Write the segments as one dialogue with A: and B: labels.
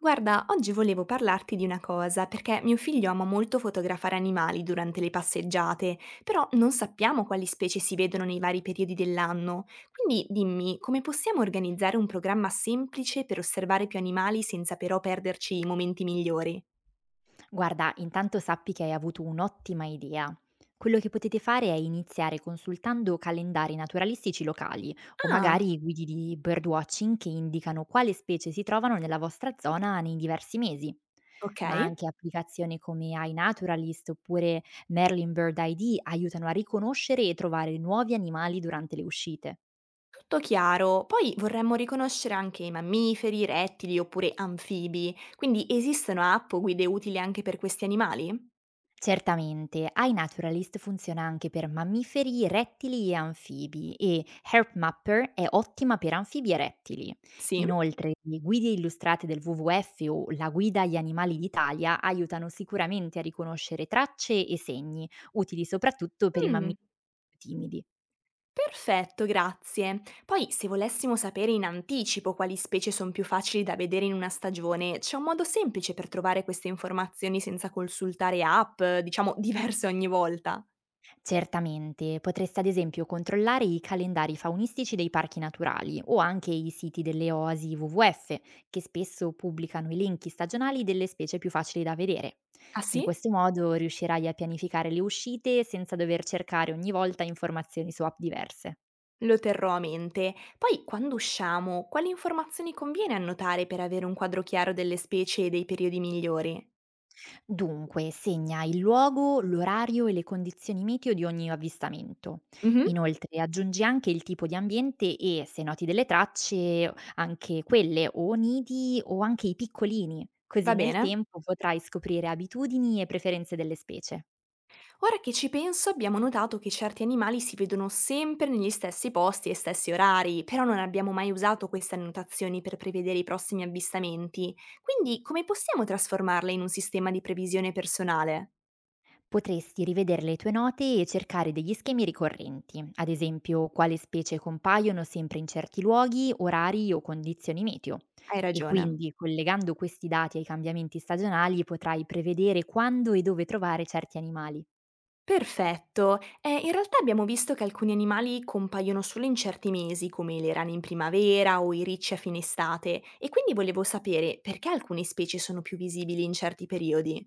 A: Guarda, oggi volevo parlarti di una cosa, perché mio figlio ama molto fotografare animali durante le passeggiate, però non sappiamo quali specie si vedono nei vari periodi dell'anno. Quindi dimmi, come possiamo organizzare un programma semplice per osservare più animali senza però perderci i momenti migliori?
B: Guarda, intanto sappi che hai avuto un'ottima idea. Quello che potete fare è iniziare consultando calendari naturalistici locali o
A: Ah,
B: magari i guidi di birdwatching che indicano quale specie si trovano nella vostra zona nei diversi mesi.
A: ok,
B: Ma anche applicazioni come iNaturalist oppure Merlin Bird ID aiutano a riconoscere e trovare nuovi animali durante le uscite.
A: tutto chiaro. Poi vorremmo riconoscere anche i mammiferi, rettili oppure anfibi, quindi esistono app o guide utili anche per questi animali?
B: Certamente, iNaturalist funziona anche per mammiferi, rettili e anfibi e HeartMapper è ottima per anfibi e rettili.
A: Sì?
B: Inoltre, le guide illustrate del WWF o la guida agli animali d'Italia aiutano sicuramente a riconoscere tracce e segni, utili soprattutto per i
A: Mm.
B: mammiferi timidi.
A: Perfetto, grazie. Poi, se volessimo sapere in anticipo quali specie sono più facili da vedere in una stagione, c'è un modo semplice per trovare queste informazioni senza consultare app, diciamo, diverse ogni volta.
B: Certamente, potresti ad esempio controllare i calendari faunistici dei parchi naturali o anche i siti delle oasi WWF, che spesso pubblicano elenchi stagionali delle specie più facili da vedere.
A: Ah
B: In
A: sì?
B: questo modo riuscirai a pianificare le uscite senza dover cercare ogni volta informazioni su app diverse.
A: Lo terrò a mente. Poi, quando usciamo, quali informazioni conviene annotare per avere un quadro chiaro delle specie e dei periodi migliori?
B: Dunque, segna il luogo, l'orario e le condizioni meteo di ogni avvistamento.
A: Mhm,
B: Inoltre, aggiungi anche il tipo di ambiente e, se noti delle tracce, anche quelle o nidi o anche i piccolini. Così
A: va
B: nel
A: bene.
B: tempo potrai scoprire abitudini e preferenze delle specie.
A: Ora che ci penso abbiamo notato che certi animali si vedono sempre negli stessi posti e stessi orari, però non abbiamo mai usato queste annotazioni per prevedere i prossimi avvistamenti, quindi come possiamo trasformarle in un sistema di previsione personale?
B: Potresti rivedere le tue note e cercare degli schemi ricorrenti, ad esempio quali specie compaiono sempre in certi luoghi, orari o condizioni meteo.
A: Hai
B: E
A: ragione.
B: quindi, collegando questi dati ai cambiamenti stagionali, potrai prevedere quando e dove trovare certi animali.
A: Perfetto. In realtà abbiamo visto che alcuni animali compaiono solo in certi mesi, come le rane in primavera o i ricci a fine estate, e quindi volevo sapere perché alcune specie sono più visibili in certi periodi.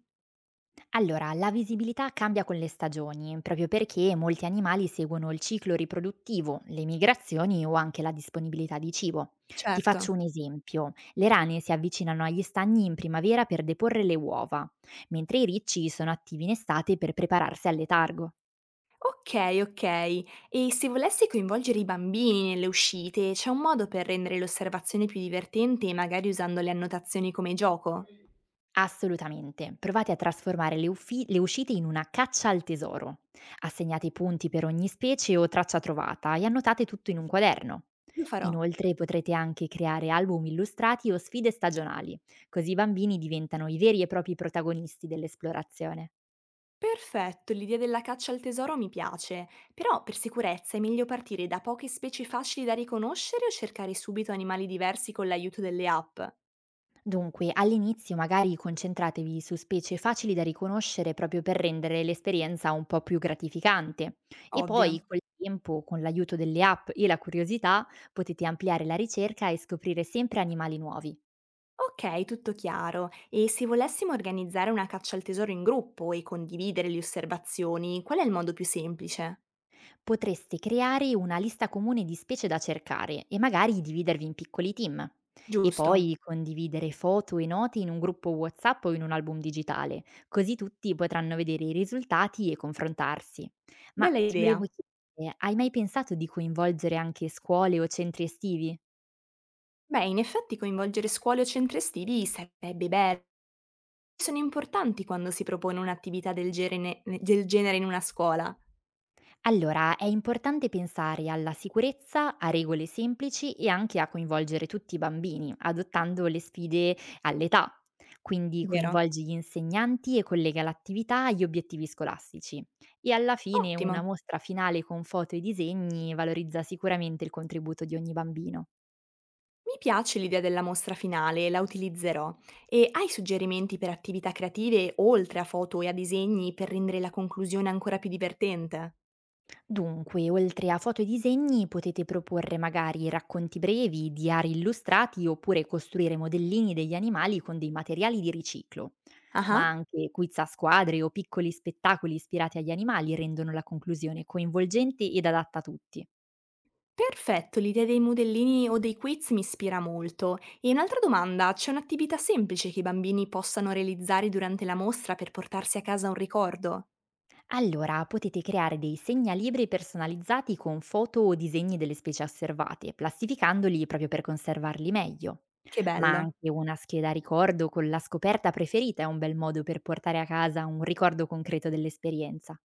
B: Allora, la visibilità cambia con le stagioni, proprio perché molti animali seguono il ciclo riproduttivo, le migrazioni o anche la disponibilità di cibo. Ti
A: Certo.
B: faccio un esempio. Le rane si avvicinano agli stagni in primavera per deporre le uova, mentre i ricci sono attivi in estate per prepararsi al letargo.
A: Okay, okay. E se volessi coinvolgere i bambini nelle uscite, c'è un modo per rendere l'osservazione più divertente, magari usando le annotazioni come gioco?
B: Assolutamente. Provate a trasformare le uscite in una caccia al tesoro. Assegnate i punti per ogni specie o traccia trovata e annotate tutto in un quaderno.
A: Lo farò.
B: Inoltre potrete anche creare album illustrati o sfide stagionali, così i bambini diventano i veri e propri protagonisti dell'esplorazione.
A: Perfetto, l'idea della caccia al tesoro mi piace, però per sicurezza è meglio partire da poche specie facili da riconoscere o cercare subito animali diversi con l'aiuto delle app?
B: Dunque, all'inizio magari concentratevi su specie facili da riconoscere proprio per rendere l'esperienza un po' più gratificante e
A: Ovvio.
B: poi col tempo, con l'aiuto delle app e la curiosità, potete ampliare la ricerca e scoprire sempre animali nuovi.
A: Ok, tutto chiaro. E se volessimo organizzare una caccia al tesoro in gruppo e condividere le osservazioni, qual è il modo più semplice?
B: Potresti creare una lista comune di specie da cercare e magari dividervi in piccoli team. E
A: Giusto.
B: poi condividere foto e note in un gruppo WhatsApp o in un album digitale, così tutti potranno vedere i risultati e confrontarsi. Ma
A: Bella
B: ti
A: idea.
B: volevo chiedere, hai mai pensato di coinvolgere anche scuole o centri estivi?
A: Beh, in effetti coinvolgere scuole o centri estivi sarebbe bello. Sono importanti quando si propone un'attività del genere in una scuola,
B: Allora, è importante pensare alla sicurezza, a regole semplici e anche a coinvolgere tutti i bambini, adottando le sfide all'età. Quindi
A: vero?
B: coinvolgi gli insegnanti e collega l'attività agli obiettivi scolastici. E alla fine
A: Ottimo.
B: una mostra finale con foto e disegni valorizza sicuramente il contributo di ogni bambino.
A: Mi piace l'idea della mostra finale, la utilizzerò. E hai suggerimenti per attività creative oltre a foto e a disegni per rendere la conclusione ancora più divertente?
B: Dunque, oltre a foto e disegni, potete proporre magari racconti brevi, diari illustrati oppure costruire modellini degli animali con dei materiali di riciclo.
A: Ah.
B: Ma
A: Ah.
B: anche quiz a squadre o piccoli spettacoli ispirati agli animali rendono la conclusione coinvolgente ed adatta a tutti.
A: Perfetto, l'idea dei modellini o dei quiz mi ispira molto. E un'altra domanda, c'è un'attività semplice che i bambini possano realizzare durante la mostra per portarsi a casa un ricordo?
B: Allora, potete creare dei segnalibri personalizzati con foto o disegni delle specie osservate, plastificandoli proprio per conservarli meglio.
A: Che
B: Ma
A: bello!
B: anche una scheda ricordo con la scoperta preferita è un bel modo per portare a casa un ricordo concreto dell'esperienza.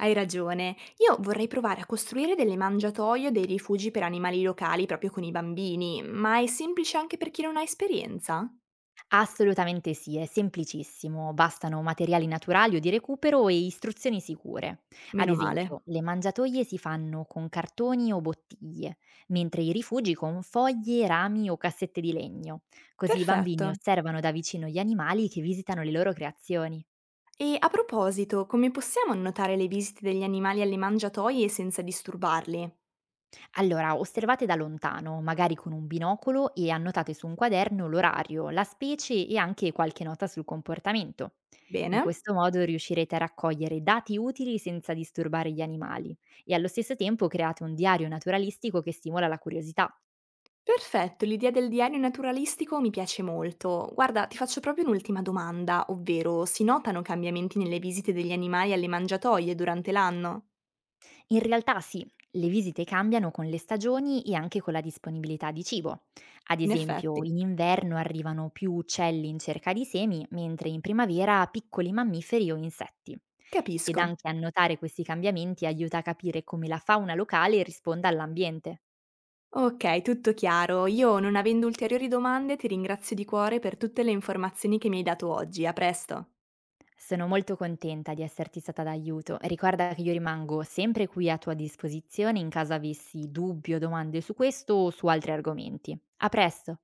A: Hai ragione, io vorrei provare a costruire delle mangiatoie o dei rifugi per animali locali proprio con i bambini, ma è semplice anche per chi non ha esperienza?
B: Assolutamente sì, è semplicissimo, bastano materiali naturali o di recupero e istruzioni sicure. Ad
A: Meno male.
B: esempio, le mangiatoie si fanno con cartoni o bottiglie, mentre i rifugi con foglie, rami o cassette di legno. Così i bambini
A: Perfetto.
B: osservano da vicino gli animali che visitano le loro creazioni.
A: E a proposito, come possiamo annotare le visite degli animali alle mangiatoie senza disturbarli?
B: Allora, osservate da lontano, magari con un binocolo, e annotate su un quaderno l'orario, la specie e anche qualche nota sul comportamento. In
A: Bene.
B: questo modo riuscirete a raccogliere dati utili senza disturbare gli animali e allo stesso tempo create un diario naturalistico che stimola la curiosità.
A: Perfetto, l'idea del diario naturalistico mi piace molto. Guarda, ti faccio proprio un'ultima domanda, ovvero si notano cambiamenti nelle visite degli animali alle mangiatoie durante l'anno?
B: In realtà sì, le visite cambiano con le stagioni e anche con la disponibilità di cibo. Ad
A: In
B: esempio,
A: effetti,
B: in inverno arrivano più uccelli in cerca di semi, mentre in primavera piccoli mammiferi o insetti. Ed
A: capisco.
B: anche annotare questi cambiamenti aiuta a capire come la fauna locale risponda all'ambiente.
A: Ok, tutto chiaro. Io, non avendo ulteriori domande, ti ringrazio di cuore per tutte le informazioni che mi hai dato oggi. A presto.
B: Sono molto contenta di esserti stata d'aiuto. Ricorda che io rimango sempre qui a tua disposizione in caso avessi dubbi o domande su questo o su altri argomenti. A presto!